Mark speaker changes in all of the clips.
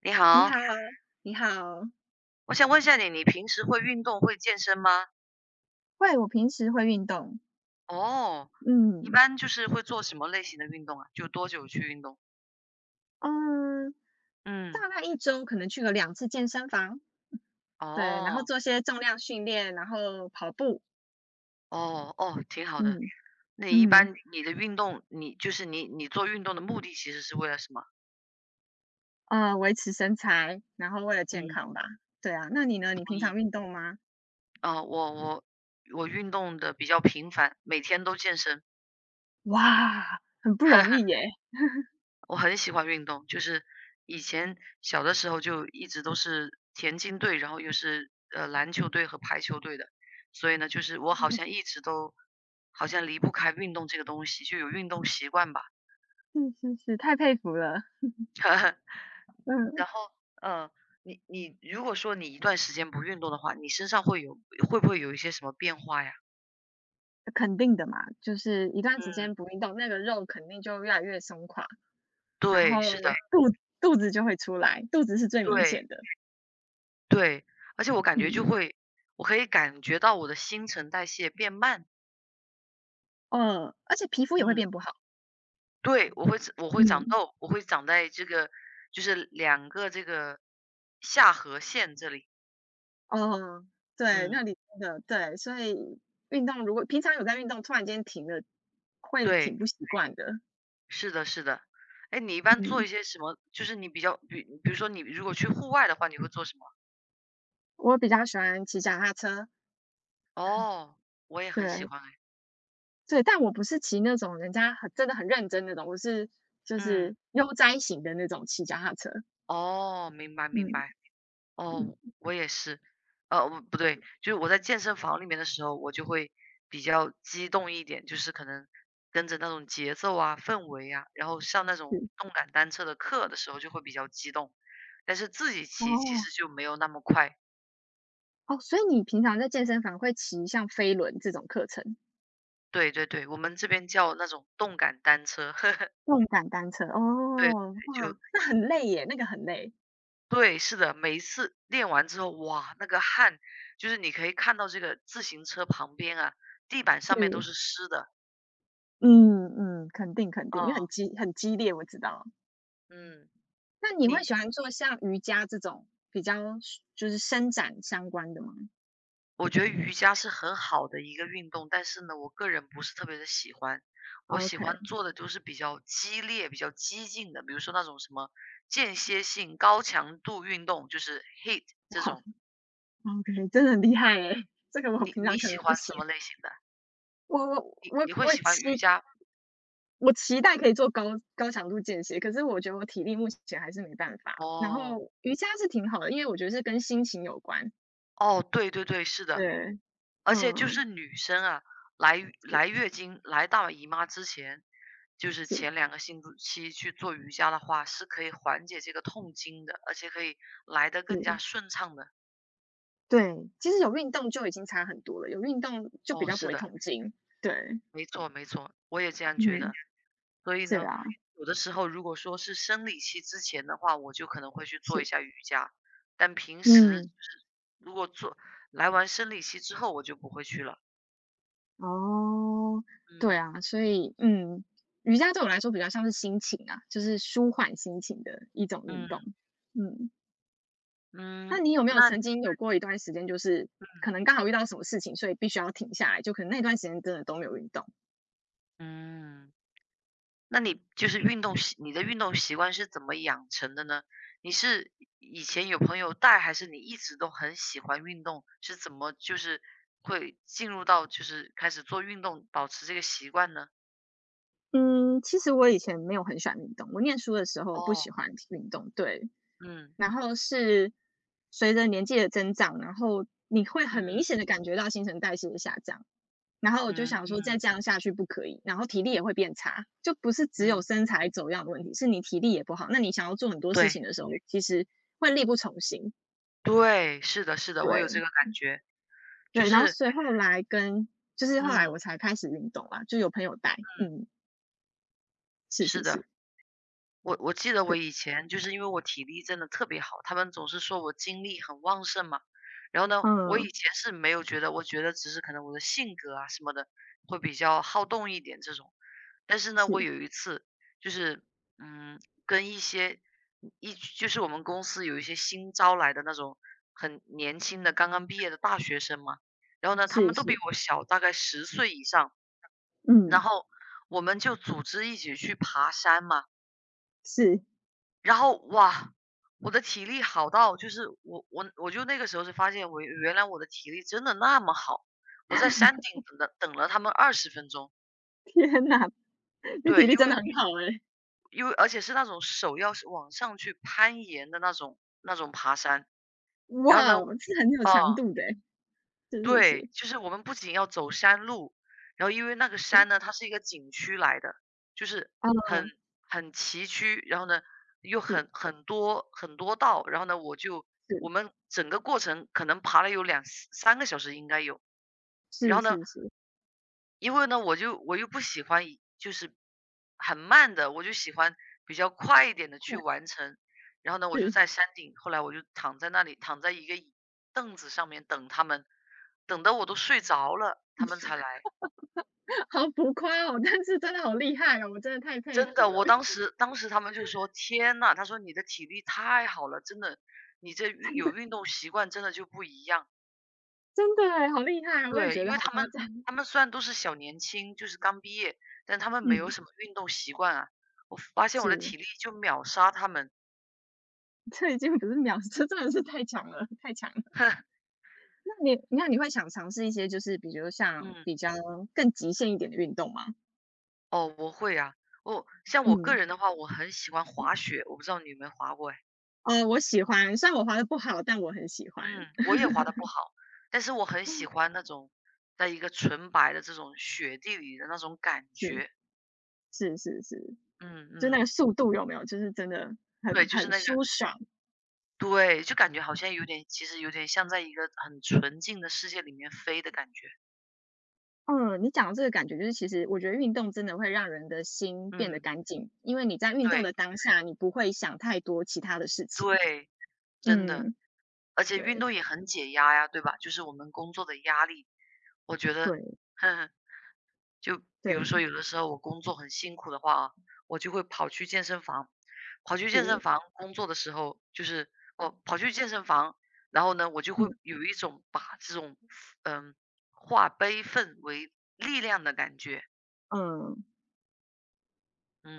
Speaker 1: 你
Speaker 2: 你好，
Speaker 1: 好，
Speaker 2: 你好，喂，
Speaker 1: 我想问一下你，你平时会运动、会健身吗？
Speaker 2: 会，我平时会运动，
Speaker 1: 哦，一
Speaker 2: 嗯，
Speaker 1: 般就是会做什么类型的运动啊？就多久去运动？
Speaker 2: 嗯，
Speaker 1: 嗯，
Speaker 2: 大概1周可能去个2次健身房，对，然后
Speaker 1: 哦，
Speaker 2: 做些重量训练，然后跑步，
Speaker 1: 哦，哦，挺好的。
Speaker 2: 嗯，
Speaker 1: 那你一
Speaker 2: 嗯，
Speaker 1: 般你的运动，你就是你做运动的目的其实是为了什么？
Speaker 2: 维持身材，然后为了健
Speaker 1: 嗯，
Speaker 2: 康吧。对啊，那你呢？你
Speaker 1: 同
Speaker 2: 平常
Speaker 1: 意。
Speaker 2: 运动吗？
Speaker 1: 啊、我运动的比较频繁，每天都健身。
Speaker 2: 哇，很不容 易耶。
Speaker 1: 我很喜欢运动，就是以前小的时候就一直都是田径队，然后又是篮球队和排球队的，所以呢，就是我好像 一直都好像离不开运动这个东西，就有运动习惯吧。
Speaker 2: 是是是，太佩服了。嗯，
Speaker 1: 然后呃，你如果说你一段时间不运动的话，你身上会不会有一些什么变化呀？
Speaker 2: 肯定的嘛，就是一段
Speaker 1: 嗯，
Speaker 2: 时间不运动，那个肉肯定就越来越松垮。然后
Speaker 1: 对，是的，
Speaker 2: 肚子就会出来，肚子是最明
Speaker 1: 对
Speaker 2: 显的。
Speaker 1: 对，而且我感觉就
Speaker 2: 嗯。
Speaker 1: 会，我可以感觉到我的新陈代谢变慢。
Speaker 2: 嗯，而且皮肤也会
Speaker 1: 嗯。
Speaker 2: 变不好。
Speaker 1: 对，我会长
Speaker 2: 嗯。
Speaker 1: 痘，我会长在这个就是两个这个下颌线这里。
Speaker 2: 哦，对，
Speaker 1: 嗯，
Speaker 2: 那里真的对，所以运动如果平常有在运动，突然间停了，会挺
Speaker 1: 对，
Speaker 2: 不习惯的。
Speaker 1: 是的是的。哎，你一般
Speaker 2: 嗯。
Speaker 1: 做一些什么就是你比较比比如说你如果去户外的话，你会做什么？
Speaker 2: 我比较喜欢骑脚踏车，
Speaker 1: 哦，我也很喜
Speaker 2: 对，
Speaker 1: 欢诶，
Speaker 2: 对，但我不是骑那种人家很真的很认真那种，我是就
Speaker 1: 嗯，
Speaker 2: 是悠哉型的那种骑脚踏车。
Speaker 1: 哦，明白明
Speaker 2: 嗯
Speaker 1: 白。
Speaker 2: 嗯，
Speaker 1: 哦，我也是，我不对，就是我在健身房里面的时候，我就会比较激动一点，就是可能跟着那种节奏啊、氛围啊，然后上那种
Speaker 2: 是。
Speaker 1: 动感单车的课的时候就会比较激动，但是自己骑其
Speaker 2: 哦，
Speaker 1: 实就没有那么快。
Speaker 2: 哦，所以你平常在健身房会骑像飞轮这种课程？
Speaker 1: 对对对，我们这边叫那种动感单车，
Speaker 2: 动感单车，
Speaker 1: 对，
Speaker 2: 哦，
Speaker 1: 就
Speaker 2: 哇，那很累耶，那个很累。
Speaker 1: 对，是的，每一次练完之后，哇，那个汗，就是你可以看到这个自行车旁边啊，地板上面都
Speaker 2: 是，
Speaker 1: 是湿的，
Speaker 2: 嗯嗯，肯定肯定，因为很
Speaker 1: 哦，
Speaker 2: 激很激烈，我知道。
Speaker 1: 嗯。
Speaker 2: 那你会
Speaker 1: 你
Speaker 2: 喜欢做像瑜伽这种比较就是伸展相关的吗
Speaker 1: 我觉得瑜伽是很好的一个运动，但是呢，我个人不是特别的喜欢。我喜欢
Speaker 2: ？OK，
Speaker 1: 做的就是比较激烈、比较激进的，比如说那种什么间歇性高强度运动，就是 h i I t 这
Speaker 2: 哇
Speaker 1: 种。
Speaker 2: ，OK，真的很厉害耶，这个我
Speaker 1: 你
Speaker 2: 平
Speaker 1: 你
Speaker 2: 常可能
Speaker 1: 喜
Speaker 2: 不
Speaker 1: 欢什
Speaker 2: 行。
Speaker 1: 么类型的？
Speaker 2: 我我
Speaker 1: 你
Speaker 2: 我
Speaker 1: 你会
Speaker 2: 我
Speaker 1: 喜欢瑜
Speaker 2: 期
Speaker 1: 伽？
Speaker 2: 我期待可以做高强度间歇，可是我觉得我体力目前还是没办法。然
Speaker 1: 哦，
Speaker 2: 后瑜伽是挺好的，因为我觉得是跟心情有关。
Speaker 1: 哦，对对对，是的。
Speaker 2: 对，
Speaker 1: 而且就
Speaker 2: 嗯，
Speaker 1: 是女生啊，来
Speaker 2: 是
Speaker 1: 月经、来大姨妈之前，就是
Speaker 2: 是
Speaker 1: 前两个星期去做瑜伽的话，是可以缓解这个痛经的，而且可以来得更加
Speaker 2: 是。
Speaker 1: 顺畅的。
Speaker 2: 对，其实有运动就已经差很多了，有运动就比
Speaker 1: 哦，
Speaker 2: 较不
Speaker 1: 是
Speaker 2: 会
Speaker 1: 的，
Speaker 2: 痛经。对，
Speaker 1: 没错没错，我也这样觉
Speaker 2: 嗯，
Speaker 1: 得。所以
Speaker 2: 是
Speaker 1: 呢，
Speaker 2: 啊，
Speaker 1: 有的时候如果说是生理期之前的话，我就可能会去做一
Speaker 2: 是，
Speaker 1: 下瑜伽，但平时就
Speaker 2: 嗯，
Speaker 1: 是如果做来完生理期之后，我就不会去了。
Speaker 2: 哦，对
Speaker 1: 嗯
Speaker 2: 啊，所以，嗯，瑜伽对我来说比较像是心情啊，就是舒缓心情的一种运动。
Speaker 1: 嗯
Speaker 2: 嗯，那
Speaker 1: 嗯，
Speaker 2: 你有没有曾经有过一段时间，就是可能刚好遇到什么事情，所以必须要停下来，就可能那段时间真的都没有运动？
Speaker 1: 嗯。那你就是运动习你的运动习惯是怎么养成的呢？你是以前有朋友带，还是你一直都很喜欢运动？是怎么就是会进入到就是开始做运动，保持这个习惯呢？
Speaker 2: 嗯，其实我以前没有很喜欢运动，我念书的时候不喜
Speaker 1: 哦，
Speaker 2: 欢运动，对，
Speaker 1: 嗯
Speaker 2: 然后是随着年纪的增长，然后你会很明
Speaker 1: 嗯
Speaker 2: 显的感觉到新陈代谢的下降。然后我就
Speaker 1: 嗯
Speaker 2: 想说，再
Speaker 1: 嗯，
Speaker 2: 这样下去不可以，然后体力也会变差，就不是只有
Speaker 1: 嗯，
Speaker 2: 身材走样的问题，是你体力也不好。那你想要做很多事
Speaker 1: 对
Speaker 2: 情的时候，其实会力不从心。
Speaker 1: 对，是的是的，我有这
Speaker 2: 对
Speaker 1: 个感觉，就
Speaker 2: 对，然后
Speaker 1: 是
Speaker 2: 所以后来跟就是后来
Speaker 1: 嗯
Speaker 2: 我才开始运动啊，就有朋友带，
Speaker 1: 嗯，
Speaker 2: 嗯，是
Speaker 1: 是
Speaker 2: 是是，
Speaker 1: 的。我记得我
Speaker 2: 对，
Speaker 1: 以前就是因为我体力真的特别好，他们总是说我精力很旺盛嘛。然后呢，我
Speaker 2: 嗯，
Speaker 1: 以前是没有觉得，我觉得只是可能我的性格啊什么的会比较好动一点这种。但是呢，我
Speaker 2: 是
Speaker 1: 有一次就是嗯，跟一些就是我们公司有一些新招来的那种很年轻的刚刚毕业的大学生嘛，然后呢，他
Speaker 2: 是
Speaker 1: 们都比
Speaker 2: 是，
Speaker 1: 我小大概10岁以上，然
Speaker 2: 嗯，
Speaker 1: 后我们就组织一起去爬山嘛。
Speaker 2: 是，
Speaker 1: 然后哇，我的体力好到就是我就那个时候是发现我原来我的体力真的那么好，我在山顶等了他们20分钟。
Speaker 2: 天哪，你体
Speaker 1: 对，
Speaker 2: 力
Speaker 1: 因
Speaker 2: 真
Speaker 1: 为
Speaker 2: 的很好哎、
Speaker 1: 因为而且是那种手要是往上去攀岩的那种爬山。然后
Speaker 2: 哇
Speaker 1: 呢，
Speaker 2: 哦，是很有
Speaker 1: 哦。
Speaker 2: 强度的欸是是是，
Speaker 1: 对，就是我们不仅要走山路，然后因为那个
Speaker 2: 嗯，
Speaker 1: 山呢，它是一个景区来的，就是很
Speaker 2: 啊，
Speaker 1: 很崎岖，然后呢又
Speaker 2: 是
Speaker 1: 很多很多道，然后呢
Speaker 2: 是，
Speaker 1: 我们整个过程可能爬了有两三个小时应该有，然
Speaker 2: 是
Speaker 1: 后呢
Speaker 2: 是是，对，是是
Speaker 1: 因为呢，我又不喜欢就是很慢的，我就喜欢比较快一点的
Speaker 2: 快，
Speaker 1: 去完成。然后呢，我就
Speaker 2: 是
Speaker 1: 在山顶，后来我就躺在那里，躺在一个凳子上面等他们，等得我都睡着了，他们才来。
Speaker 2: 好浮夸哦，但是真的好厉害哦，我真的太佩
Speaker 1: 真的，
Speaker 2: 服了，
Speaker 1: 我当时他们就说：“天呐！”他说：“你的体力太好了，真的，你这有运动习惯真的就不一样。”
Speaker 2: 真的欸，好厉害啊，我也
Speaker 1: 对，
Speaker 2: 觉
Speaker 1: 因
Speaker 2: 得
Speaker 1: 为
Speaker 2: 好
Speaker 1: 他
Speaker 2: 夸
Speaker 1: 们
Speaker 2: 张，
Speaker 1: 他们虽然都是小年轻，就是刚毕业，但他们没有
Speaker 2: 嗯，
Speaker 1: 什么运动习惯啊。我发现我的
Speaker 2: 是，
Speaker 1: 体力就秒杀他们。
Speaker 2: 这已经不是秒，这真的是太强了，太强了。
Speaker 1: 哼，
Speaker 2: 那你会想尝试一些就是比如像
Speaker 1: 嗯，
Speaker 2: 比较更极限一点的运动吗？
Speaker 1: 哦，我会啊，像我个
Speaker 2: 嗯，
Speaker 1: 人的话，我很喜欢滑雪，我不知道你有没有滑过哎。
Speaker 2: 哦，我喜欢，虽然我滑的不好，但我很喜欢，
Speaker 1: 嗯，我也滑得不好，但是我很喜欢那种在一个纯白的这种雪地里的那种感
Speaker 2: 是，
Speaker 1: 觉。
Speaker 2: 是是是。
Speaker 1: 嗯
Speaker 2: 就那
Speaker 1: 嗯，
Speaker 2: 个速度有没有，就是真的很
Speaker 1: 对，就是
Speaker 2: 很
Speaker 1: 那个，
Speaker 2: 舒爽。
Speaker 1: 对，就感觉好像有点，其实有点像在一个很纯净的世界里面飞的感觉。
Speaker 2: 嗯，你讲的这个感觉就是，其实我觉得运动真的会让人的心变得
Speaker 1: 嗯，
Speaker 2: 干净，因为你在运动
Speaker 1: 对。
Speaker 2: 的当下，你不会想太多其他的事情。
Speaker 1: 对，真的，
Speaker 2: 嗯，
Speaker 1: 而且
Speaker 2: 对
Speaker 1: 运动也很解压呀，对吧？就是我们工作的压力，我觉得，
Speaker 2: 对
Speaker 1: 就比如
Speaker 2: 对，
Speaker 1: 说有的时候我工作很辛苦的话啊，我就会跑去健身房，跑去健身
Speaker 2: 是，
Speaker 1: 房工作的时候，就是我跑去健身房，然后呢，我就会
Speaker 2: 嗯
Speaker 1: 有一种把这种嗯化悲愤为力量的感觉，
Speaker 2: 嗯，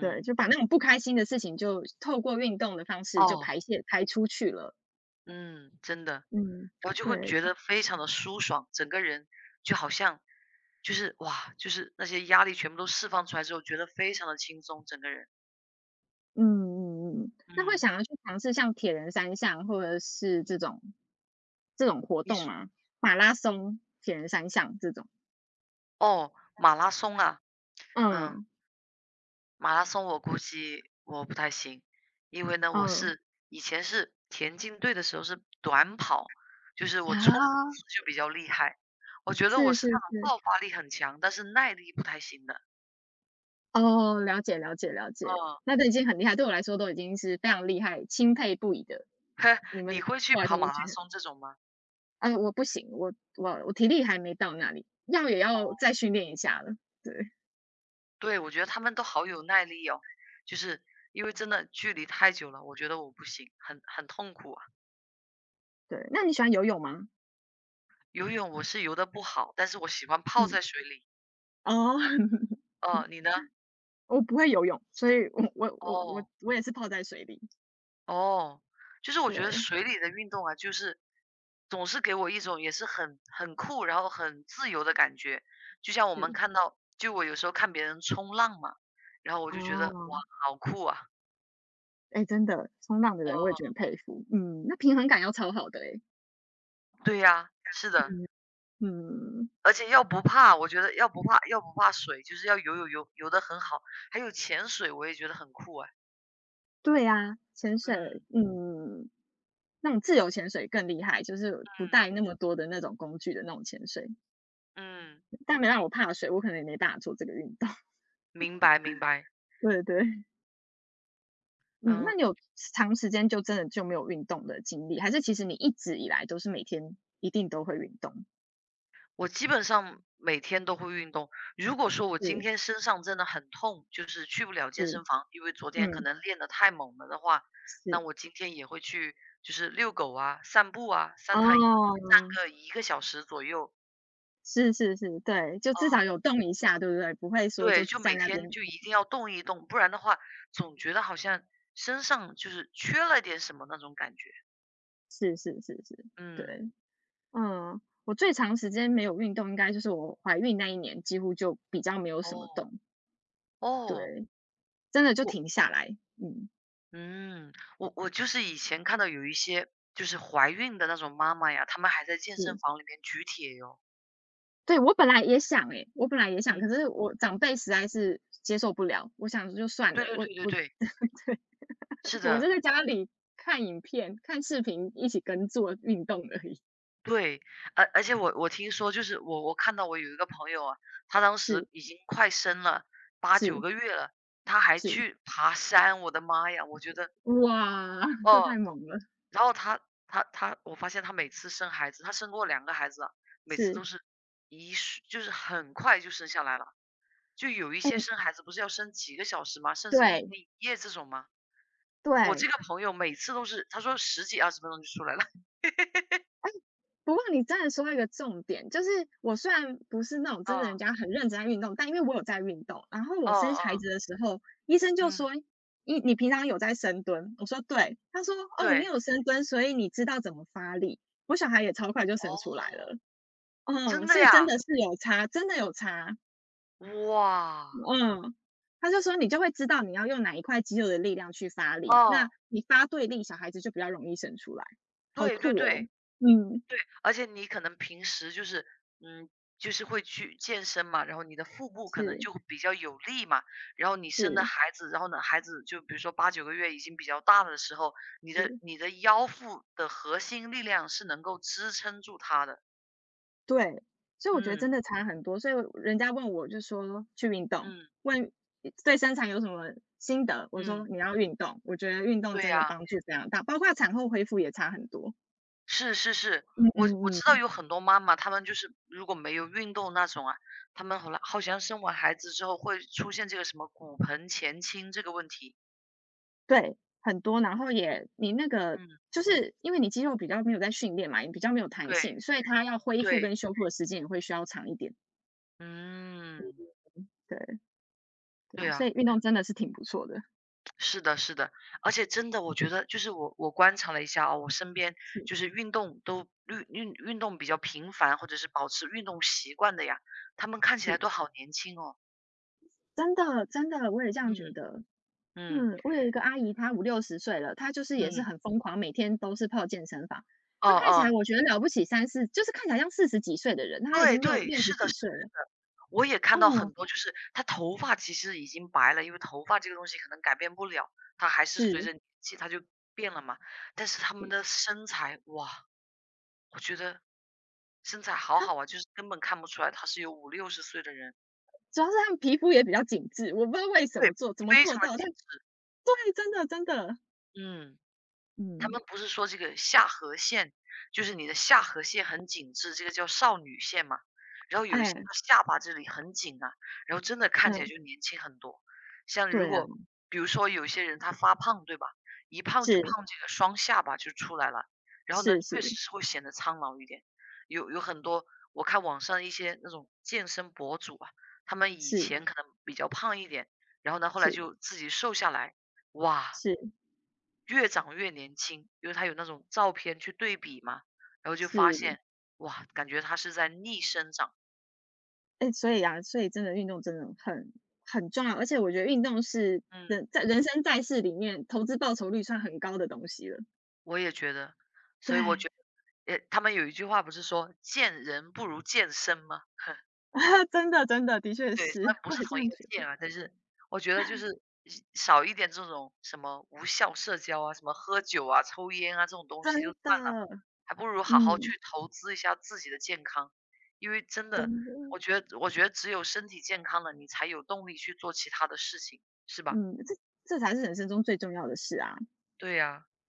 Speaker 2: 对，就把那种不开心的事情就透过运动的方式就排
Speaker 1: 哦，
Speaker 2: 泄排出去了。
Speaker 1: 嗯，真的。
Speaker 2: 嗯，
Speaker 1: 然后就会
Speaker 2: 对。
Speaker 1: 觉得非常的舒爽，整个人就好像就是哇，就是那些压力全部都释放出来之后，觉得非常的轻松，整个人。
Speaker 2: 嗯嗯嗯，那会
Speaker 1: 嗯，
Speaker 2: 想要去尝试像铁人三项或者是这种这种活
Speaker 1: 你
Speaker 2: 动
Speaker 1: 是
Speaker 2: 吗？马拉松、铁人三项这种？
Speaker 1: 哦，马拉松啊，嗯，
Speaker 2: 嗯，
Speaker 1: 马拉松我估计我不太行，因为呢，我
Speaker 2: 嗯，
Speaker 1: 是以前是田径队的时候是短跑，就是我冲刺
Speaker 2: 啊，
Speaker 1: 就比较厉害，我觉得我
Speaker 2: 是是
Speaker 1: 是那种
Speaker 2: 是，
Speaker 1: 爆发力很强，但是耐力不太行的。
Speaker 2: 哦，了解了解了解，
Speaker 1: 哦，
Speaker 2: 那都已经很厉害，对我来说都已经是非常厉害、钦佩不已的。
Speaker 1: 呵，
Speaker 2: 你们
Speaker 1: 你
Speaker 2: 对
Speaker 1: 会去
Speaker 2: 我来
Speaker 1: 跑
Speaker 2: 说都是
Speaker 1: 马拉松这种吗？
Speaker 2: 我不行，我我我体力还没到那里，要也要再训练一下了。对
Speaker 1: 对，我觉得他们都好有耐力哦，就是因为真的距离太久了，我觉得我不行，很痛苦啊。
Speaker 2: 对，那你喜欢游泳吗？
Speaker 1: 游泳我是游的不好，但是我喜欢泡
Speaker 2: 嗯，
Speaker 1: 在水里。
Speaker 2: 哦。
Speaker 1: 哦，你呢？
Speaker 2: 我不会游泳，所以我我我我
Speaker 1: 哦
Speaker 2: 我也是泡在水里。
Speaker 1: 哦，就是我觉得
Speaker 2: 对，
Speaker 1: 水里的运动啊，就是总是给我一种也是很酷，然后很自由的感觉。就像我们
Speaker 2: 是。
Speaker 1: 看到，就我有时候看别人冲浪嘛，然后我就觉得
Speaker 2: 哦。
Speaker 1: 哇，好酷啊！
Speaker 2: 哎，真的，冲浪的人我也
Speaker 1: 哦，
Speaker 2: 觉得很佩服。嗯，那平衡感要超好的哎。
Speaker 1: 对呀，是的。
Speaker 2: 嗯。嗯，
Speaker 1: 而且要不怕，我觉得要不怕水，就是要游得很好，还有潜水我也觉得很酷哎。
Speaker 2: 对啊，潜水，
Speaker 1: 嗯，
Speaker 2: 嗯，那种自由潜水更厉害，就是不
Speaker 1: 嗯，
Speaker 2: 带那么多的那种工具的那种潜水。
Speaker 1: 嗯，
Speaker 2: 但没让我怕水，我可能也没办法做这个运动。
Speaker 1: 明白明白。
Speaker 2: 对
Speaker 1: 嗯，
Speaker 2: 对，嗯，
Speaker 1: 嗯，
Speaker 2: 那你有长时间就真的就没有运动的经历，还是其实你一直以来都是每天一定都会运动？
Speaker 1: 我基本上每天都会运动。如果说我今
Speaker 2: 是
Speaker 1: 天身上真的很痛，就是去不了健
Speaker 2: 是，
Speaker 1: 身房，因为昨天可
Speaker 2: 嗯。
Speaker 1: 能练得太猛了的话，
Speaker 2: 是，
Speaker 1: 那我今天也会去就是遛狗啊、散步啊，散它散
Speaker 2: 哦，
Speaker 1: 个一个小时左右。
Speaker 2: 是是是，对，就至少有动一下，对不对？不会说
Speaker 1: 对，
Speaker 2: 就
Speaker 1: 就
Speaker 2: 在
Speaker 1: 每
Speaker 2: 那
Speaker 1: 天
Speaker 2: 边
Speaker 1: 就一定要动一动，不然的话，总觉得好像身上就是缺了点什么那种感觉。
Speaker 2: 是是是是，
Speaker 1: 嗯，
Speaker 2: 对，嗯，我最长时间没有运动，应该就是我怀孕那一年，几乎就比较没有什么
Speaker 1: 哦
Speaker 2: 动，
Speaker 1: 哦，
Speaker 2: 对，真的就
Speaker 1: 我
Speaker 2: 停下来，嗯，
Speaker 1: 嗯，我就是以前看到有一些就是怀孕的那种妈妈呀，她们还在健身
Speaker 2: 是。
Speaker 1: 房里面举铁哟。
Speaker 2: 对，我本来也想诶，我本来也想，
Speaker 1: 嗯，
Speaker 2: 可是我长辈实在是接受不了，我想就算
Speaker 1: 对
Speaker 2: 了，
Speaker 1: 对
Speaker 2: 我
Speaker 1: 对对
Speaker 2: 我
Speaker 1: 对，是
Speaker 2: 我就
Speaker 1: 的，
Speaker 2: 在家里看影片、看视频，一起跟做运动而已，
Speaker 1: 对，而且我听说就是我看到我有一个朋友啊，她当
Speaker 2: 是
Speaker 1: 时已经快生了八九
Speaker 2: 是
Speaker 1: 个月了，她还
Speaker 2: 是。
Speaker 1: 去爬山，我的妈呀，我觉得
Speaker 2: 哇，这太
Speaker 1: 哦。
Speaker 2: 猛了，
Speaker 1: 然后她她她我发现她每次生孩子，她生过两个孩子啊，每次
Speaker 2: 是，
Speaker 1: 都是一瞬就是很快就生下来了。就有一
Speaker 2: 哎，
Speaker 1: 些生孩子不是要生几个小时吗？甚至一
Speaker 2: 对，
Speaker 1: 天一夜这种吗？我这
Speaker 2: 对，
Speaker 1: 个朋友每次都是她说十几二十分钟就出来了。
Speaker 2: 哎，不过你真的说到一个重点，就是我虽然不是那种真的
Speaker 1: 嗯，
Speaker 2: 人家很认真在运动，但因为我有在运动，然后
Speaker 1: 嗯
Speaker 2: 我生孩
Speaker 1: 嗯，
Speaker 2: 子的时候，医生就
Speaker 1: 嗯，
Speaker 2: 说：“你你平常有在深蹲？”我说：“对。”他说：“哦，你
Speaker 1: 对。
Speaker 2: 有深蹲，所以你知道怎么发力。”我小孩也超快就生出来
Speaker 1: 哦，
Speaker 2: 了，嗯，
Speaker 1: 真的
Speaker 2: 所以
Speaker 1: 呀？
Speaker 2: 真的是有差，真的有差。
Speaker 1: 哇，
Speaker 2: 嗯，他就说你就会知道你要用哪一块肌肉的力量去发力，
Speaker 1: 哦，
Speaker 2: 那你发对力，小孩子就比较容易生出来，好
Speaker 1: 对
Speaker 2: 酷
Speaker 1: 对
Speaker 2: 哦。
Speaker 1: 对。
Speaker 2: 嗯，
Speaker 1: 对，而且你可能平时就是，嗯，就是会去健身嘛，然后你的腹部可能
Speaker 2: 是
Speaker 1: 就会比较有力嘛，然后你生的
Speaker 2: 是
Speaker 1: 孩子，然后呢，孩子就比如说八九个月已经比较大的时候，你的
Speaker 2: 是，
Speaker 1: 你的腰腹的核心力量是能够支撑住他的。
Speaker 2: 对，所以我觉得真
Speaker 1: 嗯
Speaker 2: 的差很多，所以人家问我就说去运动，
Speaker 1: 嗯
Speaker 2: 问对生产有什么心得，我说
Speaker 1: 嗯，
Speaker 2: 你要运动，我觉得运动
Speaker 1: 对
Speaker 2: 真的
Speaker 1: 呀，
Speaker 2: 帮助非常大，包括产后恢复也差很多。
Speaker 1: 是是是，
Speaker 2: 嗯
Speaker 1: 我
Speaker 2: 嗯
Speaker 1: 知道
Speaker 2: 嗯。
Speaker 1: 有很多妈妈，她们就是如果没有运动那种啊，她们后来好像生完孩子之后会出现这个什么骨盆前倾这个问题。
Speaker 2: 对，很多，然后也你那个
Speaker 1: 嗯，
Speaker 2: 就是因为你肌肉比较没有在训练嘛，也比较没有弹
Speaker 1: 对。
Speaker 2: 性，所以它要恢复
Speaker 1: 对，
Speaker 2: 跟修复的时间也会需要长一点。
Speaker 1: 嗯，
Speaker 2: 对，对
Speaker 1: 对
Speaker 2: 啊，所
Speaker 1: 啊，
Speaker 2: 以运动真的是挺不错的，
Speaker 1: 是的，是的，而且真的，我觉得就是我观察了一下啊，我身边
Speaker 2: 是
Speaker 1: 就是运动都运动比较频繁，或者是保持运动习惯的呀，他们看起
Speaker 2: 是，
Speaker 1: 来都好年轻哦，
Speaker 2: 真的真的，我也这样觉
Speaker 1: 嗯
Speaker 2: 得。
Speaker 1: 嗯
Speaker 2: 嗯，我有一个阿姨，她5、60岁了，她就是也是
Speaker 1: 嗯，
Speaker 2: 很疯狂，每天都是泡健身房。
Speaker 1: 哦
Speaker 2: 她看起来
Speaker 1: 哦，
Speaker 2: 我觉得了不起三四，就是看起来像40几岁的人，她已
Speaker 1: 对
Speaker 2: 经六
Speaker 1: 对，
Speaker 2: 六十
Speaker 1: 是的，
Speaker 2: 几
Speaker 1: 是的，
Speaker 2: 岁了。
Speaker 1: 是的，我也看到
Speaker 2: 哦，
Speaker 1: 很多，就是他头发其实已经白了，因为头发这个东西可能改变不了，它还是随
Speaker 2: 是，
Speaker 1: 着年纪它就变了嘛，但是他们
Speaker 2: 是，
Speaker 1: 的身材，哇，我觉得。身材好
Speaker 2: 她
Speaker 1: 好啊，就是根本看不出来他是有五六十岁的人，
Speaker 2: 主要是她们皮肤也比较紧致，我不知道为什
Speaker 1: 对，
Speaker 2: 么做怎么
Speaker 1: 非
Speaker 2: 做
Speaker 1: 常的
Speaker 2: 到，但
Speaker 1: 精致，
Speaker 2: 对，真的真的。
Speaker 1: 嗯。他
Speaker 2: 嗯。
Speaker 1: 们不是说这个下颌线，就是你的下颌线很紧致，这个叫少女线嘛。然后有一些
Speaker 2: 哎，
Speaker 1: 她下巴这里很紧啊，然后真的看起来
Speaker 2: 嗯，
Speaker 1: 就年轻很多。像如
Speaker 2: 对啊，
Speaker 1: 果比如说有些人他发胖，对吧？一胖就
Speaker 2: 是
Speaker 1: 胖这个双下巴就出来了，然后呢，
Speaker 2: 是
Speaker 1: 确实
Speaker 2: 是
Speaker 1: 是会显得苍老一点。有有很多我看网上一些那种健身博主啊，他们以
Speaker 2: 是
Speaker 1: 前可能比较胖一点，然后呢，后来
Speaker 2: 是
Speaker 1: 就自己瘦下来，哇，
Speaker 2: 是
Speaker 1: 越长越年轻，因为他有那种照片去对比嘛，然后就发
Speaker 2: 是。
Speaker 1: 现，哇，感觉他是在逆生长。
Speaker 2: 哎，所以啊，所以真的运动真的很很重要，而且我觉得运动是
Speaker 1: 嗯，
Speaker 2: 人在人生在世里面投资报酬率算很高的东西了。
Speaker 1: 我也觉得，
Speaker 2: 对，
Speaker 1: 所以我觉得，他们有一句话不是说“见人不如见身”吗？
Speaker 2: 啊真的真的，的确
Speaker 1: 对，虽
Speaker 2: 是，
Speaker 1: 然不
Speaker 2: 我
Speaker 1: 是
Speaker 2: 也这
Speaker 1: 同一
Speaker 2: 样
Speaker 1: 个
Speaker 2: 觉得，
Speaker 1: “见”啊，但是我觉得就是少一点这种什么无效社交啊，什么喝酒啊、抽烟啊这种东西就
Speaker 2: 真的，
Speaker 1: 算了。还不如好好去
Speaker 2: 嗯，
Speaker 1: 投资一下自己的健康。因为真的，
Speaker 2: 真的，
Speaker 1: 我觉得只有身体健康了，你才有动力去做其他的事情，是吧？
Speaker 2: 嗯，这这才是人生中最重要的事啊。
Speaker 1: 对呀。